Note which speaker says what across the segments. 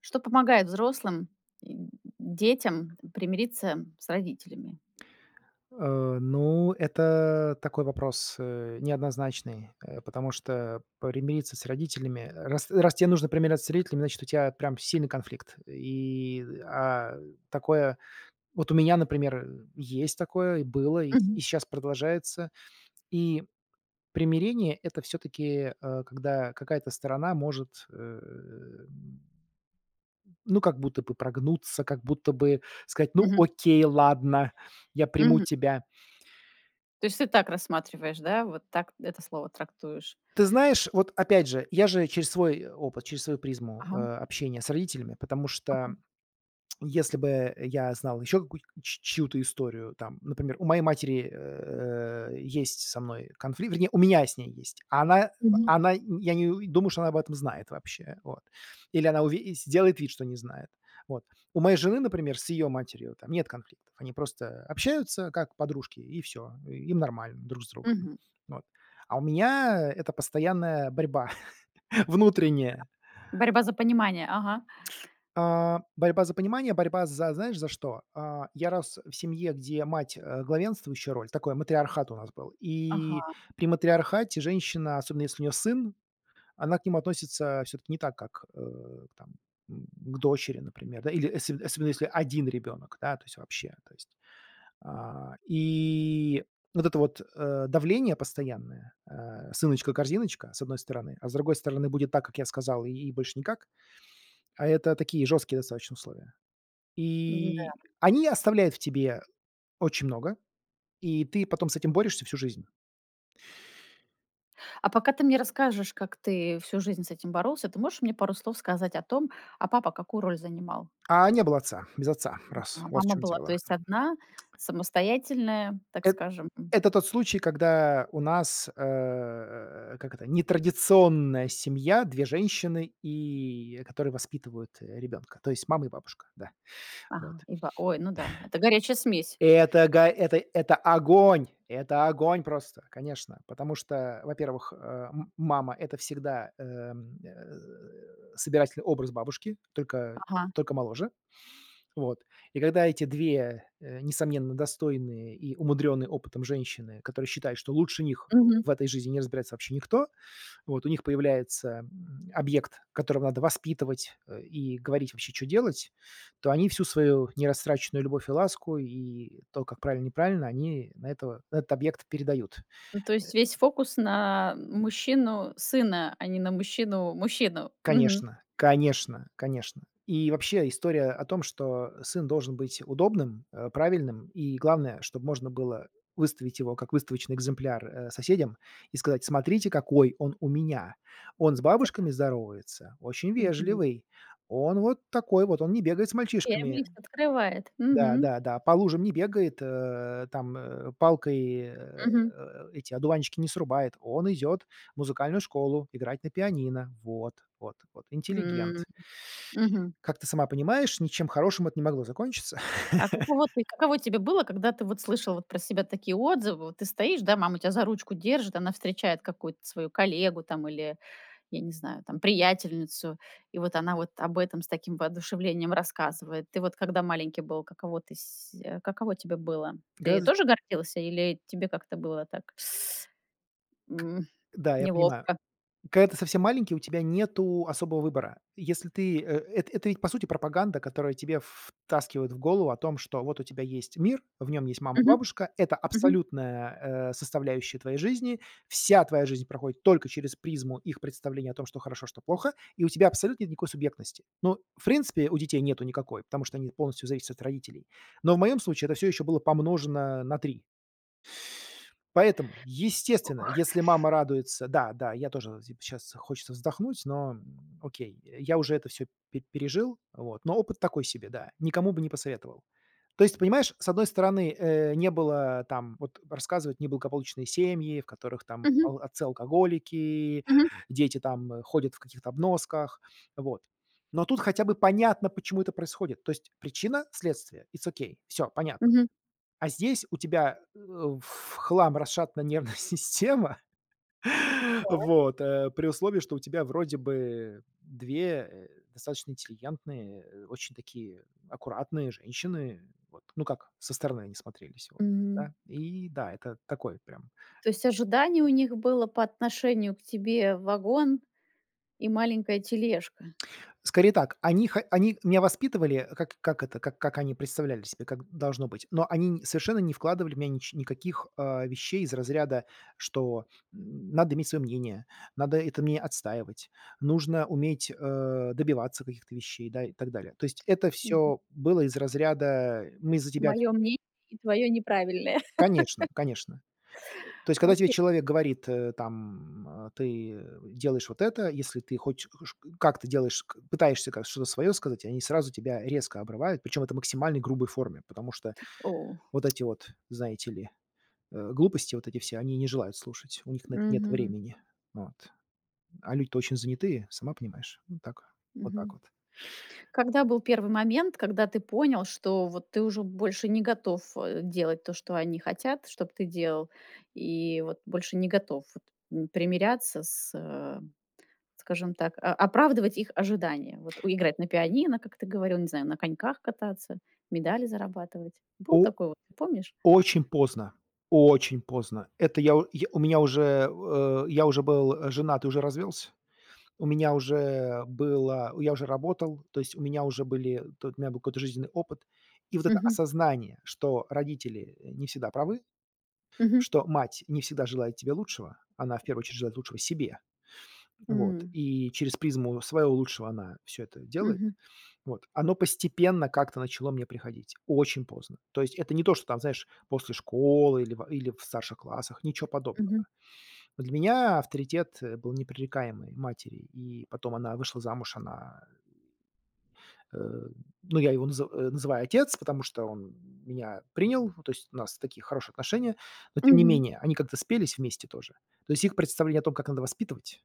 Speaker 1: Что помогает взрослым, э, детям примириться с родителями?
Speaker 2: Это такой вопрос, неоднозначный, потому что примириться с родителями раз те нужно примиряться с родителями, значит, у тебя прям сильный конфликт. Такое вот у меня, например, есть такое, и было, и
Speaker 1: Мгм.
Speaker 2: сейчас продолжается. И примирение — это все таки когда какая-то сторона может, ну, как будто бы прогнуться, как будто бы сказать: "Ну,
Speaker 1: Мгм.
Speaker 2: окей, ладно, я приму
Speaker 1: Мгм.
Speaker 2: тебя".
Speaker 1: То есть ты так рассматриваешь, да? Вот так это слово трактуешь.
Speaker 2: Ты знаешь, вот опять же, я же через свой опыт, через свою призму,
Speaker 1: Ага.
Speaker 2: общения с родителями, потому что
Speaker 1: Ага.
Speaker 2: если бы я знал еще какую ч чью-то историю, там, например, у моей матери, есть со мной конфликт, вернее, у меня с ней есть,
Speaker 1: Мгм.
Speaker 2: она, я не у- думаю, что она об этом знает вообще, вот. Или она уве сделает вид, что не знает, вот. У моей жены, например, с ее матерью там нет конфликтов, они просто общаются как подружки, и все, им нормально друг с другом,
Speaker 1: Мгм.
Speaker 2: вот. А у меня это постоянная борьба внутренняя.
Speaker 1: Борьба за понимание. Ага.
Speaker 2: А, борьба за понимание, борьба за, знаешь, за что? А, я рос в семье, где мать, главенствующая роль, такой матриархат у нас был. И
Speaker 1: Ага.
Speaker 2: при матриархате женщина, особенно если у нее сын, она к нему относится все-таки не так, как там, м, к дочери, например, да, или особенно если один ребенок, да, то есть вообще, то есть. а, и вот это вот давление постоянное, сыночка-корзиночка, с одной стороны, а с другой стороны будет так, как я сказал, и больше никак, а это такие жесткие достаточно условия.
Speaker 1: М-да.
Speaker 2: И они оставляют в тебе очень много, и ты потом с этим борешься всю жизнь.
Speaker 1: А пока ты мне расскажешь, как ты всю жизнь с этим боролся, ты можешь мне пару слов сказать о том, а папа какую роль занимал?
Speaker 2: А не было отца, без отца. Раз.
Speaker 1: Ага,
Speaker 2: Вот в
Speaker 1: мама
Speaker 2: чем
Speaker 1: была,
Speaker 2: дело.
Speaker 1: то есть, одна, самостоятельная, так
Speaker 2: Эт
Speaker 1: скажем. М.
Speaker 2: Это тот случай, когда у нас, как это, нетрадиционная семья, 2 женщины, и которые воспитывают, ребенка. То есть мама и бабушка, да.
Speaker 1: Ага,
Speaker 2: Вот.
Speaker 1: и ба ой, ну да, это горячая смесь.
Speaker 2: Это это огонь! Это огонь просто, конечно. Потому что, во-первых, мама — это всегда, собирательный образ бабушки, только
Speaker 1: Ага.
Speaker 2: только моложе. Вот. И когда эти 2 несомненно, достойные и умудренные опытом женщины, которые считают, что лучше них
Speaker 1: Мгм.
Speaker 2: в этой жизни не разбирается вообще никто, вот у них появляется объект, которого надо воспитывать, и говорить вообще, что делать, то они всю свою нерастраченную любовь и ласку, и то, как правильно, неправильно, они на этот объект передают.
Speaker 1: Ну, то
Speaker 2: Э
Speaker 1: есть весь фокус на мужчину сына, а не на мужчину мужчину. Мгм.
Speaker 2: Конечно, конечно, конечно. И вообще история о том, что сын должен быть удобным, правильным, и главное, чтобы можно было выставить его как выставочный экземпляр, соседям и сказать: "Смотрите, какой он у меня. Он с бабушками
Speaker 1: Так.
Speaker 2: здоровается, очень
Speaker 1: Мгм.
Speaker 2: вежливый, он вот такой вот, он не бегает с
Speaker 1: Первый
Speaker 2: мальчишками".
Speaker 1: лист открывает.
Speaker 2: Да,
Speaker 1: Мгм.
Speaker 2: да, да. По лужам не бегает, там, палкой,
Speaker 1: Мгм.
Speaker 2: эти одуванчики не срубает. Он идет в музыкальную школу играть на пианино. Вот, вот, вот.
Speaker 1: М.
Speaker 2: Интеллигент.
Speaker 1: Мгм.
Speaker 2: Как ты сама понимаешь, ничем хорошим это не могло закончиться.
Speaker 1: А каково тебе было, когда ты вот слышала вот про себя такие отзывы? Вот ты стоишь, да, мама тебя за ручку держит, она встречает какую-то свою коллегу там или я не знаю, там, приятельницу, и вот она вот об этом с таким воодушевлением рассказывает. Ты вот когда маленький был, каково каково тебе было? Ты
Speaker 2: Гораздо
Speaker 1: тоже гордился или тебе как-то было так, м,
Speaker 2: да, я понимаю.
Speaker 1: неловко?
Speaker 2: Когда ты совсем маленький, у тебя нету особого выбора. Если ты, э, эт это ведь, по сути, пропаганда, которая тебе втаскивает в голову о том, что вот у тебя есть мир, в нем есть мама,
Speaker 1: Мгм,
Speaker 2: бабушка, это
Speaker 1: мгм,
Speaker 2: абсолютная, составляющая твоей жизни, вся твоя жизнь проходит только через призму их представления о том, что хорошо, что плохо, и у тебя абсолютно нет никакой субъектности. Ну, в принципе, у детей нету никакой, потому что они полностью зависят от родителей. Но в моем случае это все еще было помножено на 3. Поэтому, естественно, если мама радуется да, да, я тоже сейчас хочется вздохнуть, но, окей, я уже это все пережил, вот, но опыт такой себе, да, никому бы не посоветовал. То есть, понимаешь, с одной стороны, не было там, вот рассказывают неблагополучные семьи, в которых там
Speaker 1: мгм,
Speaker 2: ал отцы алкоголики,
Speaker 1: мгм,
Speaker 2: дети там, ходят в каких-то обносках, вот. Но тут хотя бы понятно, почему это происходит. То есть причина, следствие, it's окей, все, понятно.
Speaker 1: мгм.
Speaker 2: А здесь у тебя, в хлам расшатана нервная система,
Speaker 1: Так.
Speaker 2: вот, при условии, что у тебя вроде бы 2 достаточно интеллигентные, очень такие аккуратные женщины, вот. Ну, как со стороны они смотрелись, вот,
Speaker 1: М.
Speaker 2: да. И да, это такой прям
Speaker 1: То есть ожидание у них было по отношению к тебе вагон и маленькая тележка.
Speaker 2: скорее так, они меня воспитывали, как они представляли себе, как должно быть, но они н совершенно не вкладывали в меня нич никаких, а, вещей из разряда, что, надо иметь свое мнение, надо это мне отстаивать, нужно уметь, добиваться каких-то вещей, да, и так далее. То есть это
Speaker 1: Мое
Speaker 2: всё было из разряда: "Мы за тебя".
Speaker 1: мнение и твое неправильное.
Speaker 2: Конечно, конечно. То есть, когда тебе
Speaker 1: Окей.
Speaker 2: человек говорит, там, ты, делаешь вот это, если ты хоть ш как ты делаешь, к пытаешься как что-то свое сказать, они сразу тебя резко обрывают, причем это в максимальной грубой форме, потому что
Speaker 1: О.
Speaker 2: вот эти вот, знаете ли, глупости вот эти все, они не желают слушать, у них на это нет
Speaker 1: Мгм,
Speaker 2: времени. Вот. А люди-то очень занятые, сама понимаешь. Вот так, вот так
Speaker 1: мгм.
Speaker 2: вот.
Speaker 1: Когда был первый момент, когда ты понял, что вот ты уже больше не готов, делать то, что они хотят, чтобы ты делал, и вот больше не готов вот, примиряться с, скажем так, а оправдывать их ожидания? Вот у играть на пианино, как ты говорил, не знаю, на коньках кататься, медали зарабатывать. Был
Speaker 2: О
Speaker 1: такой вот, ты помнишь?
Speaker 2: Очень поздно, очень поздно. Это я у меня уже, я уже был, женат и уже развелся. У меня уже было я уже работал, то есть у меня был какой-то жизненный опыт. И вот это
Speaker 1: Мгм.
Speaker 2: осознание, что родители не всегда правы,
Speaker 1: Мгм.
Speaker 2: что мать не всегда желает тебе лучшего, она в первую очередь желает лучшего себе, вот,
Speaker 1: М.
Speaker 2: и через призму своего лучшего она все это делает,
Speaker 1: Мгм.
Speaker 2: вот, оно постепенно как-то начало мне приходить, очень поздно. То есть это не то, что там, знаешь, после школы или в старших классах, ничего подобного.
Speaker 1: Мгм.
Speaker 2: Для меня авторитет, был непререкаемый матери, и потом она вышла замуж, она Э, ну, я его называю отец, потому что он меня принял, то есть у нас такие хорошие отношения, но тем не
Speaker 1: Мгм.
Speaker 2: менее они как-то спелись вместе тоже. То есть их представление о том, как надо воспитывать,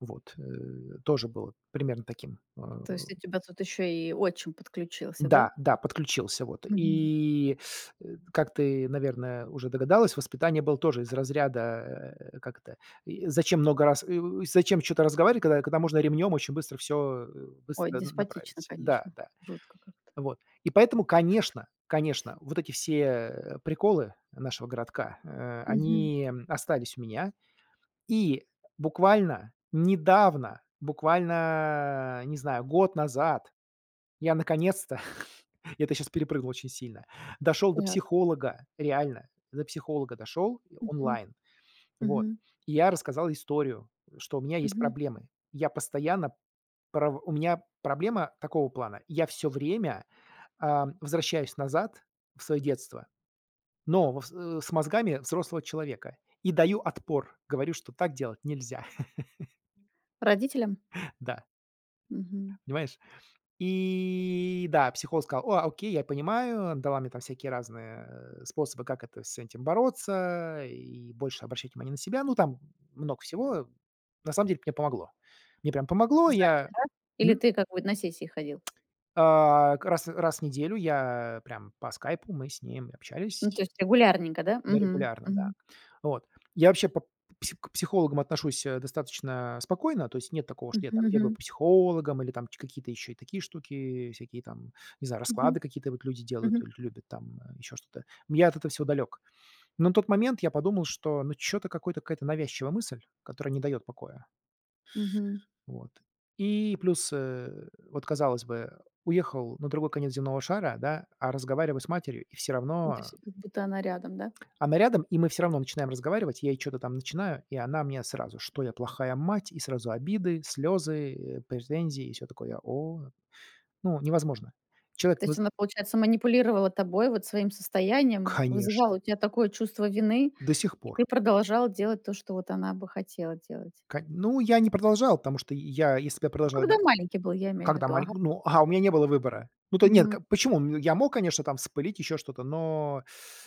Speaker 2: вот, тоже было примерно таким.
Speaker 1: То есть у тебя тут еще и отчим подключился, да?
Speaker 2: Да, да, подключился, вот.
Speaker 1: Мгм.
Speaker 2: Э, как ты, наверное, уже догадалась, воспитание было тоже из разряда, как это, и зачем много раз и зачем что то разговаривать, когда можно ремнем очень быстро все
Speaker 1: Ой,
Speaker 2: быстро
Speaker 1: деспотично,
Speaker 2: направить. Да,
Speaker 1: конечно,
Speaker 2: да.
Speaker 1: жутко как-то.
Speaker 2: Вот. И поэтому, конечно, конечно, вот эти все, приколы нашего городка,
Speaker 1: Мгм.
Speaker 2: они остались у меня. И буквально недавно, буквально, не знаю, год назад я наконец-то, я это сейчас перепрыгнул очень сильно, дошел до
Speaker 1: Так.
Speaker 2: психолога, реально, до психолога дошел
Speaker 1: Мгм.
Speaker 2: онлайн. Вот.
Speaker 1: Мгм.
Speaker 2: И я рассказал историю, что у меня есть
Speaker 1: Мгм.
Speaker 2: проблемы. Я постоянно пров у меня проблема такого плана: я все время возвращаюсь назад в свое детство, но с мозгами взрослого человека и даю отпор. Говорю, что так делать нельзя.
Speaker 1: Родителям?
Speaker 2: Да,
Speaker 1: Мгм.
Speaker 2: понимаешь? И да, психолог сказал: "О, окей, я понимаю". Дала мне там всякие разные, способы, как это с этим бороться и больше обращать внимание на себя. Ну, там много всего. На самом деле мне помогло. Мне прям помогло.
Speaker 1: За один
Speaker 2: Я
Speaker 1: раз? Или
Speaker 2: м,
Speaker 1: ты как бы на сессии ходил?
Speaker 2: а, к раз раз в неделю я прям по скайпу мы с ним
Speaker 1: Ну,
Speaker 2: общались.
Speaker 1: то есть регулярненько, да?
Speaker 2: Да,
Speaker 1: Мгм.
Speaker 2: регулярно, да.
Speaker 1: Мгм.
Speaker 2: Вот. Я вообще по пси к психологам отношусь, достаточно спокойно, то есть нет такого,
Speaker 1: Мгм
Speaker 2: что я там бегаю
Speaker 1: мгм.
Speaker 2: по психологам или там ч какие-то еще и такие штуки, всякие там, не знаю,
Speaker 1: Мгм.
Speaker 2: расклады какие-то вот люди делают
Speaker 1: Мгм.
Speaker 2: или любят там, еще что-то. Я от этого всего далек. Но на тот момент я подумал, что, ну, что то какой-то какая-то навязчивая мысль, которая не дает покоя.
Speaker 1: Мгм.
Speaker 2: Вот. И плюс, вот, казалось бы, уехал на другой конец земного шара, да, а разговариваю с матерью, и все
Speaker 1: Ну, то
Speaker 2: равно
Speaker 1: есть как будто она рядом, да?
Speaker 2: она рядом, и мы все равно начинаем разговаривать. Я ей чё-то там начинаю, и она мне сразу, что я плохая мать, и сразу обиды, слезы претензии и все такое. Я: "О". Ну, невозможно. Человек
Speaker 1: То есть
Speaker 2: невоз
Speaker 1: она, получается, манипулировала тобой, вот своим состоянием,
Speaker 2: Конечно,
Speaker 1: вызывала у тебя такое чувство вины,
Speaker 2: до сих
Speaker 1: и ты
Speaker 2: пор.
Speaker 1: продолжал делать то, что вот она бы хотела делать.
Speaker 2: Кон Ну, я не продолжал, потому что я если бы я
Speaker 1: Ну,
Speaker 2: продолжал,
Speaker 1: когда маленький был, я имею в
Speaker 2: Когда
Speaker 1: виду.
Speaker 2: малень
Speaker 1: Ага.
Speaker 2: ну, а, у меня не было выбора. Ну, то нет,
Speaker 1: Мгм.
Speaker 2: как почему? Я мог, конечно, там вспылить, еще что-то, но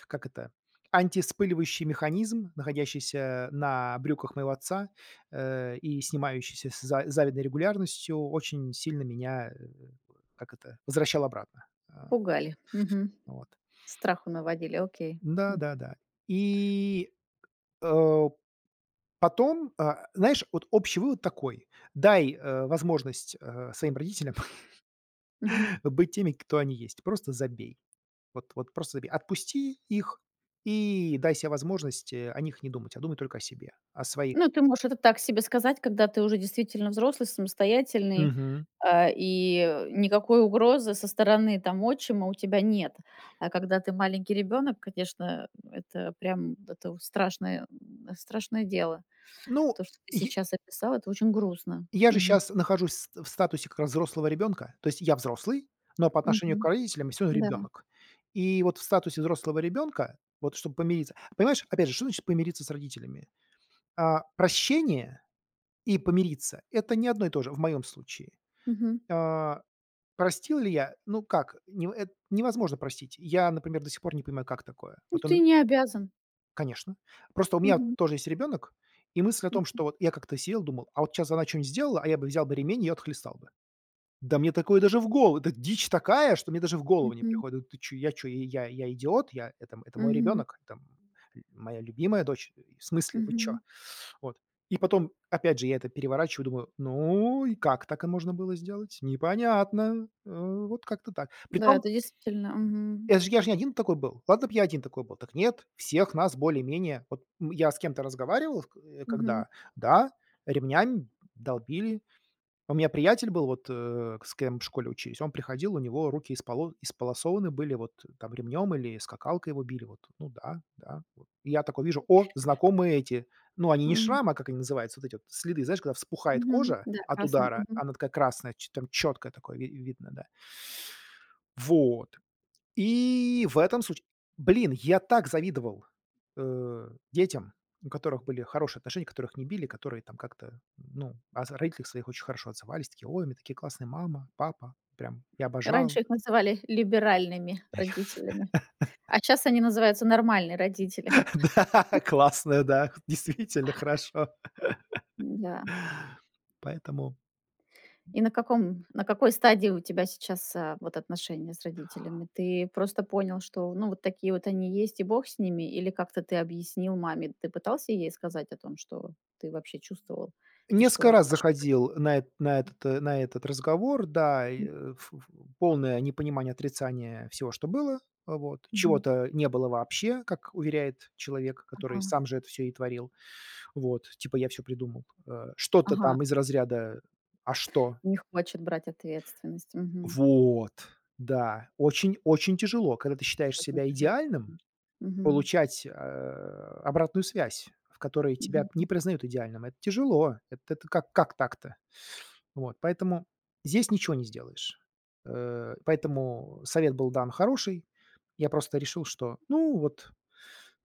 Speaker 2: как это, антивспыливающий механизм, находящийся на брюках моего отца, и снимающийся с за завидной регулярностью, очень сильно меня, как это, возвращал обратно. А,
Speaker 1: Пугали. Мгм.
Speaker 2: вот.
Speaker 1: Страху наводили. Окей. М.
Speaker 2: Да-да-да. И, э, Потом, а, знаешь, вот общий вывод такой: дай, возможность, своим родителям
Speaker 1: Мгм.
Speaker 2: быть теми, кто они есть. Просто забей. Вот просто забей. Отпусти их и дай себе возможность, о них не думать, а думай только о себе, о своих.
Speaker 1: Ну, ты можешь это так себе сказать, когда ты уже действительно взрослый, самостоятельный,
Speaker 2: Мгм.
Speaker 1: и никакой угрозы со стороны там отчима у тебя нет. А когда ты маленький ребенок, конечно, это прям это вот страшное, страшное дело.
Speaker 2: Ну,
Speaker 1: То, что ты
Speaker 2: я
Speaker 1: сейчас описал, это очень грустно.
Speaker 2: я же
Speaker 1: Мгм.
Speaker 2: сейчас нахожусь ст в статусе как раз взрослого ребенка. То есть я взрослый, но по отношению к
Speaker 1: Мгм.
Speaker 2: родителям я все равно
Speaker 1: Да.
Speaker 2: ребенок. И вот в статусе взрослого ребенка, вот чтобы помириться понимаешь, опять же, что значит помириться с родителями? А, прощение и помириться — это не одно и то же в моем случае.
Speaker 1: Мгм.
Speaker 2: А простил ли я? Ну, как, невозможно простить. Я, например, до сих пор не понимаю, как такое.
Speaker 1: Ну,
Speaker 2: Вот
Speaker 1: ты
Speaker 2: он
Speaker 1: не обязан.
Speaker 2: конечно. Просто у меня
Speaker 1: Мгм.
Speaker 2: тоже есть ребенок, и мысль о том,
Speaker 1: М.
Speaker 2: что вот я как-то сидел, думал: "А вот сейчас она что нибудь сделала, а я бы взял бы ремень и отхлестал бы". Да мне такое даже в голову, это дичь такая, что мне даже в голову не
Speaker 1: Мгм.
Speaker 2: приходит. Ты чё, я что, я идиот? Я это это мой
Speaker 1: Мгм.
Speaker 2: ребенок, это. Моя любимая дочь. В смысле, вы чё?
Speaker 1: Мгм.
Speaker 2: Вот. И потом, опять же, я это переворачиваю, думаю: "Ну и как так и можно было сделать? Непонятно". Вот как-то так.
Speaker 1: Да,
Speaker 2: Притом,
Speaker 1: это действительно. Мгм.
Speaker 2: это ж я ж не один такой был. Ладно б я один такой был, так нет, всех нас более-менее. Вот, я с кем-то разговаривал,
Speaker 1: Мгм.
Speaker 2: когда, да, ремнями долбили, у меня приятель был, вот, с кем в школе учились, он приходил, у него руки исполосованы были, вот, там ремнем или скакалкой его били. Вот, ну да, да. Вот. И я такой вижу: "О, знакомые эти". Ну, они не
Speaker 1: М.
Speaker 2: шрамы, а как они называются, вот эти вот следы, знаешь, когда вспухает
Speaker 1: Мгм.
Speaker 2: кожа
Speaker 1: Да,
Speaker 2: от
Speaker 1: красное.
Speaker 2: удара, она такая красная, чё там четкое такое ви видно, да. Вот. И в этом случае, блин, я так завидовал, детям, у которых были хорошие отношения, которых не били, которые там как-то, ну, о с родителях своих очень хорошо отзывались, такие: "Ой, у меня такие классные мама, папа, прям я обожал".
Speaker 1: Раньше их называли либеральными родителями, а сейчас они называются нормальные родители.
Speaker 2: Да, классная, да, действительно хорошо.
Speaker 1: Да.
Speaker 2: Поэтому
Speaker 1: И на каком на какой стадии у тебя сейчас, вот отношения с родителями? Ты просто понял, что, ну, вот такие вот они есть, и бог с ними, или как-то ты объяснил маме? Ты пытался ей сказать о том, что ты вообще чувствовал и что
Speaker 2: несколько
Speaker 1: она
Speaker 2: раз
Speaker 1: ошибочна?
Speaker 2: заходил на эт на этот, на этот разговор, да, и,
Speaker 1: Мгм.
Speaker 2: э, ф ф полное непонимание, отрицание всего, что было, а, вот.
Speaker 1: Мгм.
Speaker 2: Чего-то не было вообще, как уверяет человек, который
Speaker 1: Ага.
Speaker 2: сам же это все и творил. Вот, типа: "Я все придумал". Что-то
Speaker 1: Ага.
Speaker 2: там из разряда: "А что?"
Speaker 1: Не хочет брать ответственность. Мгм.
Speaker 2: Вот, да. Очень тяжело, когда ты считаешь
Speaker 1: Очень
Speaker 2: себя
Speaker 1: тяжело,
Speaker 2: идеальным,
Speaker 1: конечно. Мгм.
Speaker 2: получать, обратную связь, в которой тебя не
Speaker 1: Мгм.
Speaker 2: признают идеальным. Это тяжело. Это как так-то? Вот, поэтому здесь ничего не сделаешь. Поэтому совет был дан хороший. Я просто решил, что, ну, вот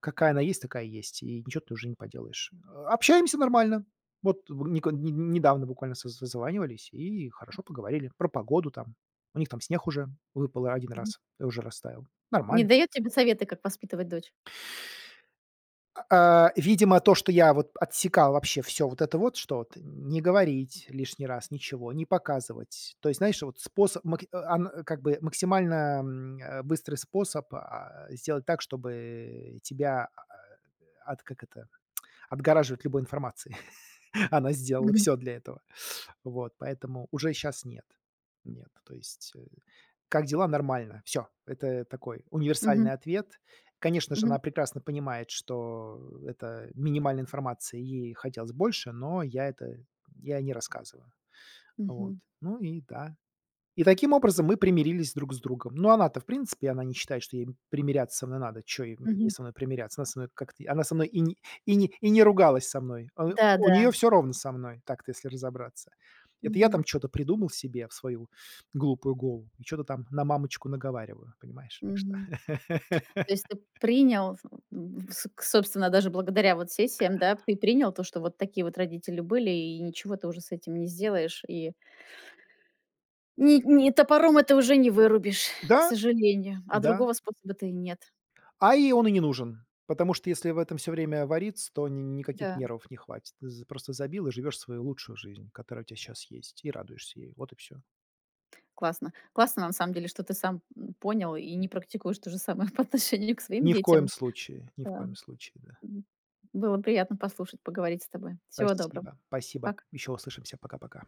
Speaker 2: какая она есть, такая есть, и ничего ты уже не поделаешь. Общаемся нормально. Вот недавно буквально созванивались и хорошо поговорили про погоду там. У них там снег уже выпал один
Speaker 1: Мгм.
Speaker 2: раз, и уже растаял.
Speaker 1: Не
Speaker 2: Нормально.
Speaker 1: дает тебе советы, как воспитывать дочь?
Speaker 2: А, видимо, то, что я вот отсекал вообще все вот это вот, что вот не говорить лишний раз ничего, не показывать. То есть, знаешь, вот способ мак э, ан как бы максимально, быстрый способ, сделать так, чтобы тебя, от как это, отгораживать любой информации. Она сделала
Speaker 1: Мгм.
Speaker 2: все для этого. Вот, поэтому уже сейчас нет. Нет, то есть, как дела? Нормально. Все. Это такой универсальный
Speaker 1: Мгм.
Speaker 2: ответ. Конечно же,
Speaker 1: Мгм.
Speaker 2: она прекрасно понимает, что это минимальная информация, ей хотелось больше, но я не рассказываю. Вот.
Speaker 1: Мгм.
Speaker 2: Ну и да, и таким образом мы примирились друг с другом. Ну, она-то, в принципе, она не считает, что ей примиряться со мной надо. Чё ей
Speaker 1: Мгм.
Speaker 2: со мной примиряться? Она со мной как-то она со мной и не ругалась со мной. А, у
Speaker 1: Да-да.
Speaker 2: нее все ровно со мной, так-то если разобраться. Это я там
Speaker 1: Мгм.
Speaker 2: что то придумал себе в свою глупую голову и что то там на мамочку наговариваю, понимаешь? Так что
Speaker 1: Мгм. То есть ты принял, собственно, даже благодаря вот сессиям, да, ты принял то, что вот такие вот родители были, и ничего ты уже с этим не сделаешь, и ни топором это уже не вырубишь,
Speaker 2: Да,
Speaker 1: к сожалению, а
Speaker 2: да.
Speaker 1: другого способа-то и нет.
Speaker 2: А ей он и не нужен, потому что если в этом все время вариться, то ни никаких
Speaker 1: Да,
Speaker 2: нервов не хватит. Ты З просто забил и живешь свою лучшую жизнь, которая у тебя сейчас есть, и радуешься ей. Вот и все.
Speaker 1: классно. Классно, на самом деле, что ты сам, понял и не практикуешь то же самое по отношению к своим
Speaker 2: Ни в коем
Speaker 1: детям.
Speaker 2: случае, ни в
Speaker 1: Да.
Speaker 2: коем случае, да.
Speaker 1: М. Было приятно послушать, поговорить с тобой. Всего доброго.
Speaker 2: Спасибо, спасибо.
Speaker 1: Пока.
Speaker 2: Еще услышимся. Пока-пока.